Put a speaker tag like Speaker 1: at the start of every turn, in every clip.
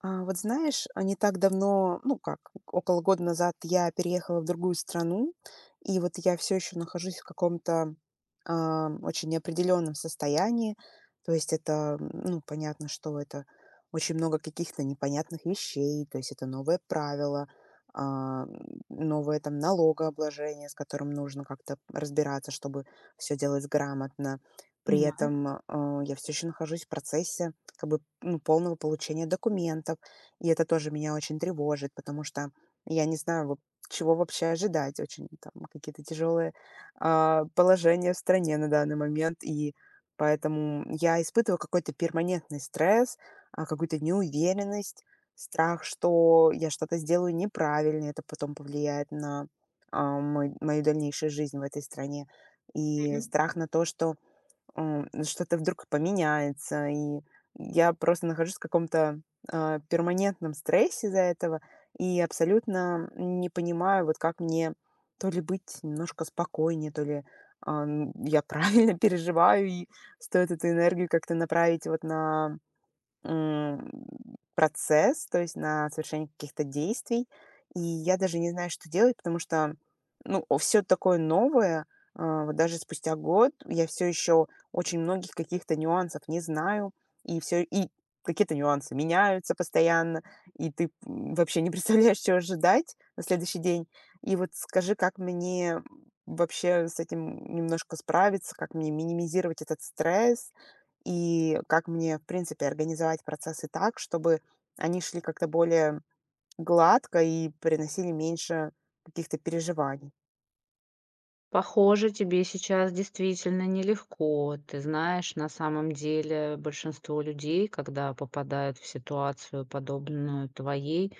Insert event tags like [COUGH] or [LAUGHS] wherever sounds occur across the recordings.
Speaker 1: Вот знаешь, не так давно, ну как, около года назад я переехала в другую страну, и вот я все еще нахожусь в каком-то очень неопределенном состоянии. То есть это ну, понятно, что это очень много каких-то непонятных вещей, то есть это новые правила, а, м, новое там налогообложение, с которым нужно как-то разбираться, чтобы все делать грамотно. При
Speaker 2: Понимаю.
Speaker 1: этом я все еще нахожусь в процессе как бы, ну, полного получения документов. И это тоже меня очень тревожит, потому что я не знаю, вот чего вообще ожидать. Очень там какие-то тяжелые положения в стране на данный момент. И поэтому я испытываю какой-то перманентный стресс, какую-то неуверенность, страх, что я что-то сделаю неправильно, это потом повлияет на мой мою дальнейшую жизнь в этой стране. И
Speaker 2: Мгм.
Speaker 1: страх на то, что что-то вдруг поменяется. И я просто нахожусь в каком-то перманентном стрессе из-за этого и абсолютно не понимаю, вот как мне то ли быть немножко спокойнее, то ли я правильно [LAUGHS] переживаю, и стоит эту энергию как-то направить вот на М, процесс, то есть на совершение каких-то действий. И я даже не знаю, что делать, потому что, ну, все такое новое. Вот даже спустя год я все еще очень многих каких-то нюансов не знаю, и все и какие-то нюансы меняются постоянно, и ты вообще не [LAUGHS] представляешь, чего ожидать на следующий день. И вот скажи, как мне вообще с этим немножко справиться, как мне минимизировать этот стресс и как мне, в принципе, организовать процессы так, чтобы они шли как-то более гладко и приносили меньше каких-то переживаний.
Speaker 2: Похоже, тебе сейчас действительно нелегко. Ты знаешь, на самом деле большинство людей, когда попадают в ситуацию, подобную твоей,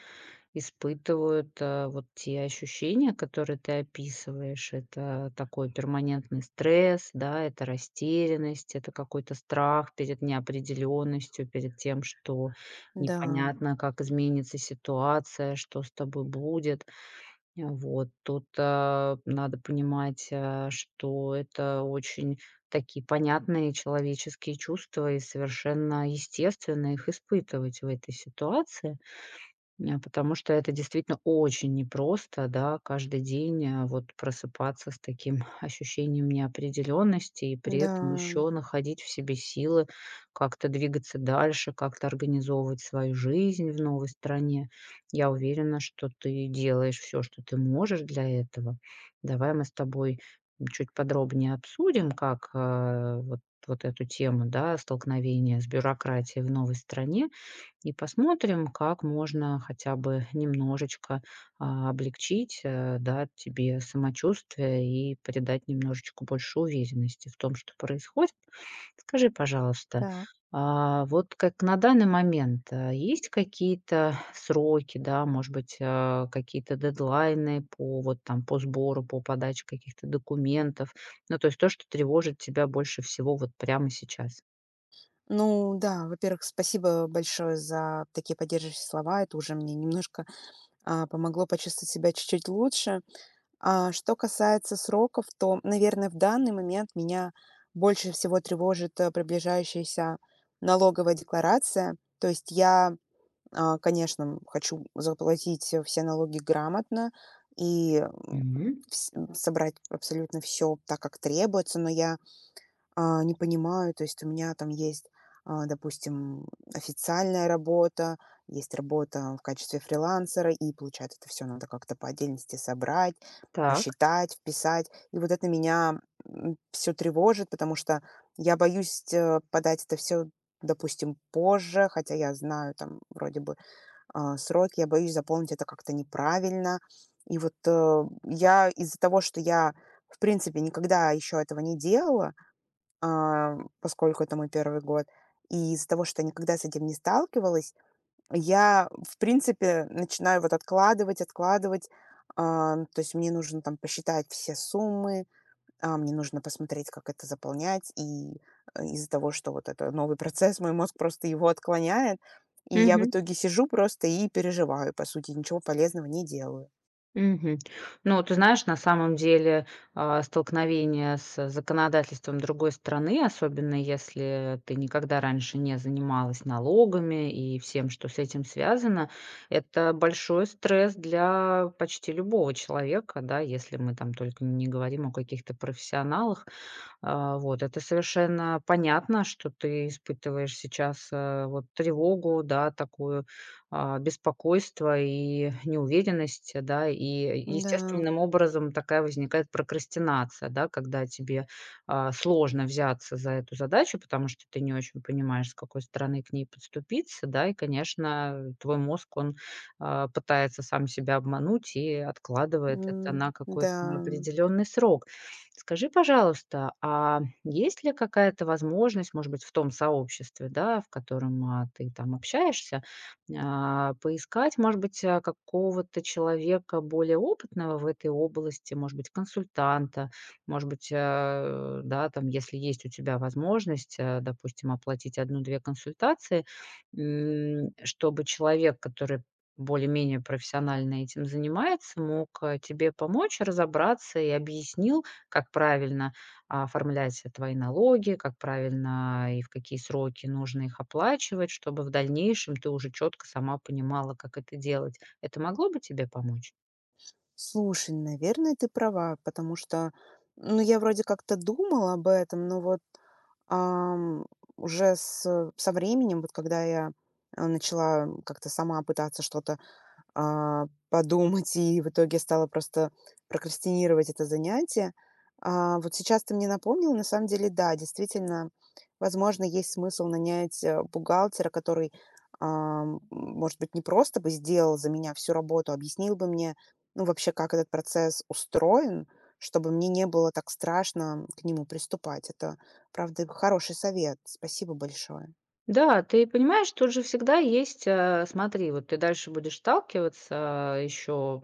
Speaker 2: испытывают вот те ощущения, которые ты описываешь. Это такой перманентный стресс, да, это растерянность, это какой-то страх перед неопределенностью, перед тем, что
Speaker 1: Да,
Speaker 2: непонятно, как изменится ситуация, что с тобой будет. Вот тут, надо понимать, что это очень такие понятные человеческие чувства и совершенно естественно их испытывать в этой ситуации. Потому что это действительно очень непросто, да, каждый день, вот просыпаться с таким [LAUGHS] ощущением неопределенности и при
Speaker 1: да,
Speaker 2: этом еще находить в себе силы как-то двигаться дальше, как-то организовывать свою жизнь в новой стране. Я уверена, что ты делаешь все, что ты можешь для этого. Давай мы с тобой чуть подробнее обсудим, как, вот эту тему, да, столкновения с бюрократией в новой стране, и посмотрим, как можно хотя бы немножечко, облегчить, да, тебе самочувствие и придать немножечко больше уверенности в том, что происходит. Скажи, пожалуйста,
Speaker 1: так.
Speaker 2: вот как на данный момент, есть какие-то сроки, да, может быть, какие-то дедлайны по вот там по сбору, по подаче каких-то документов? Ну, то есть то, что тревожит тебя больше всего вот прямо сейчас.
Speaker 1: Ну да, во-первых, спасибо большое за такие поддерживающие слова. Это уже мне немножко помогло почувствовать себя чуть-чуть лучше. А что касается сроков, то, наверное, в данный момент меня больше всего тревожит приближающаяся налоговая декларация. То есть я, конечно, хочу заплатить, все налоги грамотно и
Speaker 2: Мгм.
Speaker 1: вс собрать абсолютно все так, как требуется, но я не понимаю, то есть у меня там есть допустим, официальная работа, есть работа в качестве фрилансера, и получается, это все надо как-то по отдельности собрать,
Speaker 2: Так.
Speaker 1: посчитать, вписать. И вот это меня все тревожит, потому что я боюсь, подать это все, допустим, позже, хотя я знаю, там вроде бы срок, я боюсь заполнить это как-то неправильно. И вот, я из-за того, что я, в принципе, никогда еще этого не делала, поскольку это мой первый год, и из-за того, что я никогда с этим не сталкивалась, я, в принципе, начинаю вот откладывать, откладывать. То есть мне нужно там посчитать все суммы, мне нужно посмотреть, как это заполнять. И из-за того, что вот это новый процесс, мой мозг просто его отклоняет. И я в итоге сижу просто и переживаю, по сути, ничего полезного не делаю.
Speaker 2: Мгм. Ну, ты знаешь, на самом деле, столкновение с законодательством другой страны, особенно если ты никогда раньше не занималась налогами и всем, что с этим связано, это большой стресс для почти любого человека, да, если мы там только не говорим о каких-то профессионалах. Вот это совершенно понятно, что ты испытываешь сейчас, вот тревогу, да, такую, беспокойство и неуверенность, да. И
Speaker 1: Да,
Speaker 2: естественным образом такая возникает прокрастинация, да, когда тебе, сложно взяться за эту задачу, потому что ты не очень понимаешь, с какой стороны к ней подступиться, да. И, конечно, твой мозг, он, пытается сам себя обмануть и откладывает это
Speaker 1: м,
Speaker 2: на какой-то
Speaker 1: да.
Speaker 2: определенный срок. Скажи, пожалуйста, а есть ли какая-то возможность, может быть, в том сообществе, да, в котором ты там общаешься, поискать, может быть, какого-то человека более опытного в этой области, может быть, консультанта, может быть, да, там, если есть у тебя возможность, допустим, оплатить одну-две консультации, чтобы человек, который более-менее профессионально этим занимается, мог тебе помочь разобраться и объяснил, как правильно оформлять твои налоги, как правильно и в какие сроки нужно их оплачивать, чтобы в дальнейшем ты уже четко сама понимала, как это делать. Это могло бы тебе помочь?
Speaker 1: Слушай, наверное, ты права, потому что, ну, я вроде как-то думала об этом, но вот, ам, уже с со временем, вот когда я, начала как-то сама пытаться что-то подумать, и в итоге стала просто прокрастинировать это занятие. Вот сейчас ты мне напомнил, на самом деле, да, действительно, возможно, есть смысл нанять бухгалтера, который, может быть, не просто бы сделал за меня всю работу, объяснил бы мне, ну, вообще, как этот процесс устроен, чтобы мне не было так страшно к нему приступать. Это, правда, хороший совет. Спасибо большое.
Speaker 2: Да, ты понимаешь, тут же всегда есть, смотри, вот ты дальше будешь сталкиваться еще,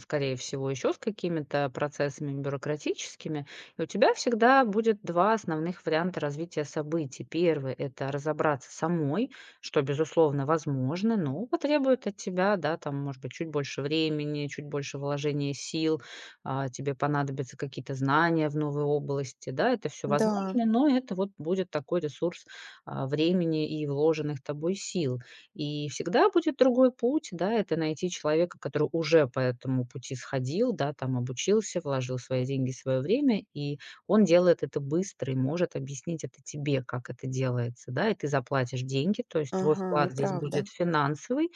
Speaker 2: скорее всего, еще с какими-то процессами бюрократическими, и у тебя всегда будет два основных варианта развития событий. Первый– это разобраться самой, что, безусловно, возможно, но потребует от тебя, да, там, может быть, чуть больше времени, чуть больше вложения сил, тебе понадобятся какие-то знания в новой области, да, это все
Speaker 1: Да,
Speaker 2: возможно, но это вот будет такой ресурс времени и вложенных тобой сил. И всегда будет другой путь, да, это найти человека, который уже по этому пути сходил, да, там обучился, вложил свои деньги, свое время, и он делает это быстро и может объяснить это тебе, как это делается, да, и ты заплатишь деньги, то есть твой
Speaker 1: ага, и
Speaker 2: вклад здесь
Speaker 1: правда.
Speaker 2: будет финансовый,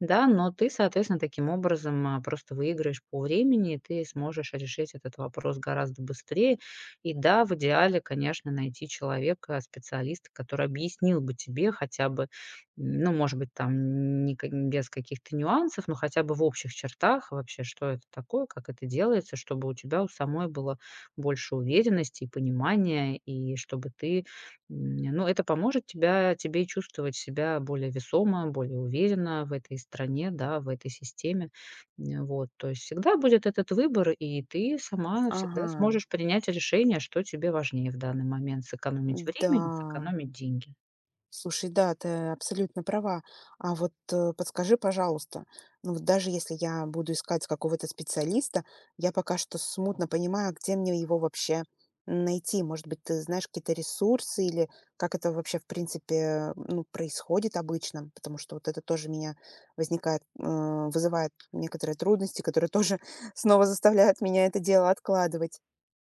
Speaker 2: да, но ты, соответственно, таким образом просто выиграешь по времени, и ты сможешь решить этот вопрос гораздо быстрее, и да, в идеале, конечно, найти человека, специалиста, который объяснил бы тебе хотя бы, ну, может быть, там не без каких-то нюансов, но хотя бы в общих чертах вообще, что это такое, как это делается, чтобы у тебя у самой было больше уверенности и понимания, и чтобы ты, ну, это поможет тебе чувствовать себя более весомо, более уверенно в этой стране, да, в этой системе. Вот, то есть всегда будет этот выбор, и ты сама всегда
Speaker 1: Ага,
Speaker 2: сможешь принять решение, что тебе важнее в данный момент: сэкономить
Speaker 1: да.
Speaker 2: время или сэкономить деньги.
Speaker 1: Слушай, да, ты абсолютно права. А вот, подскажи, пожалуйста, ну вот даже если я буду искать какого-то специалиста, я пока что смутно понимаю, где мне его вообще найти. Может быть, ты знаешь какие-то ресурсы или как это вообще, в принципе, ну, происходит обычно, потому что вот это тоже меня возникает, э, вызывает некоторые трудности, которые тоже [LAUGHS] снова заставляют меня это дело откладывать.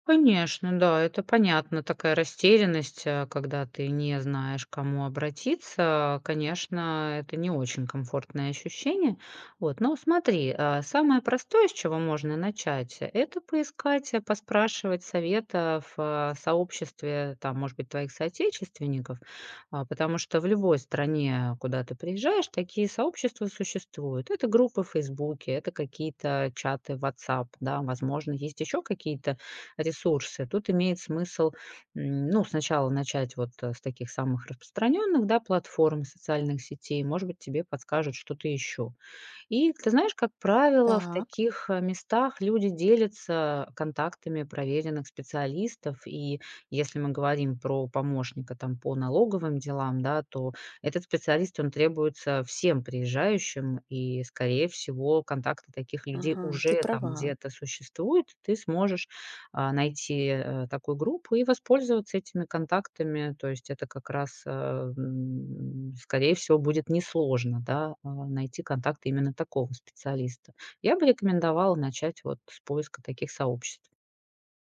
Speaker 2: Конечно, да, это понятно, такая растерянность, когда ты не знаешь, к кому обратиться. Конечно, это не очень комфортное ощущение. Вот, но смотри, самое простое, с чего можно начать, это поискать, поспрашивать совета в сообществе, там, может быть, твоих соотечественников, потому что в любой стране, куда ты приезжаешь, такие сообщества существуют. Это группы в Фейсбуке, это какие-то чаты в WhatsApp, да, возможно, есть еще какие-то ресурсы. Тут имеет смысл, ну, сначала начать вот, с таких самых распространенных, да, платформ, социальных сетей. Может быть, тебе подскажут что-то еще. И ты знаешь, как правило, в
Speaker 1: Так,
Speaker 2: таких, местах люди делятся контактами проверенных специалистов. И если мы говорим про помощника там по налоговым делам, да, то этот специалист, он требуется всем приезжающим, и, скорее всего, контакты таких людей
Speaker 1: ага, ты
Speaker 2: уже там
Speaker 1: права.
Speaker 2: где-то существуют. Ты сможешь найти, такую группу и воспользоваться этими контактами. То есть это как раз, скорее всего, будет несложно, да, найти контакты именно такого специалиста. Я бы рекомендовала начать вот с поиска таких сообществ.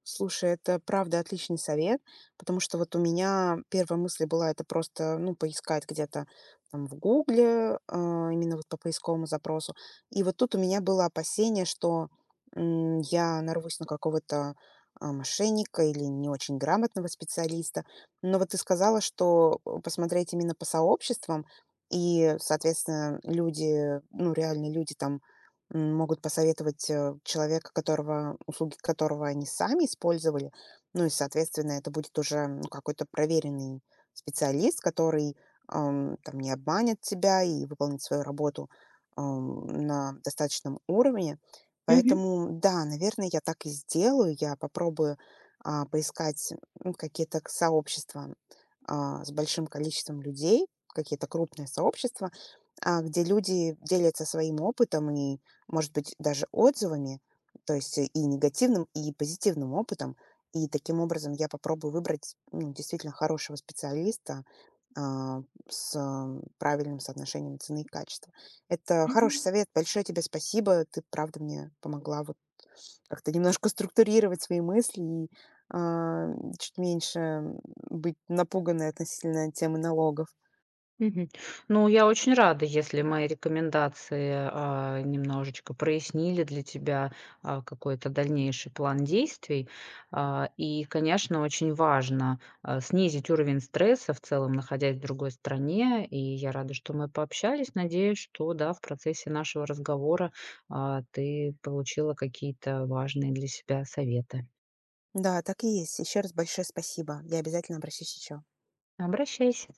Speaker 1: Слушай, это правда отличный совет, потому что вот у меня первая мысль была это просто, ну, поискать где-то там в "Гугле", именно вот по поисковому запросу. И вот тут у меня было опасение, что я нарвусь на какого-то мошенника или не очень грамотного специалиста. Но вот ты сказала, что, посмотреть именно по сообществам, и, соответственно, люди, ну, реально люди там могут посоветовать, человека, которого услуги которого они сами использовали. Ну и, соответственно, это будет уже, ну, какой-то проверенный специалист, который там не обманет тебя и выполнит свою работу на достаточном уровне.
Speaker 2: Мгм.
Speaker 1: Поэтому, да, наверное, я так и сделаю. Я попробую, поискать какие-то к сообщества, с большим количеством людей, какие-то крупные сообщества, где люди делятся своим опытом и, может быть, даже отзывами, то есть и негативным, и позитивным опытом. И таким образом я попробую выбрать, ну, действительно хорошего специалиста, а, с правильным соотношением цены и качества. Это хороший совет. Большое тебе спасибо. Ты, правда, мне помогла вот как-то немножко структурировать свои мысли и, а, чуть меньше быть напуганной относительно темы налогов.
Speaker 2: Мгм. Ну, я очень рада, если мои рекомендации, немножечко прояснили для тебя, какой-то дальнейший план действий. И, конечно, очень важно, снизить уровень стресса в целом, находясь в другой стране. И я рада, что мы пообщались. Надеюсь, что, да, в процессе нашего разговора, ты получила какие-то важные для себя советы.
Speaker 1: Да, так и есть. Еще раз большое спасибо. Я обязательно обращусь еще.
Speaker 2: Обращайся.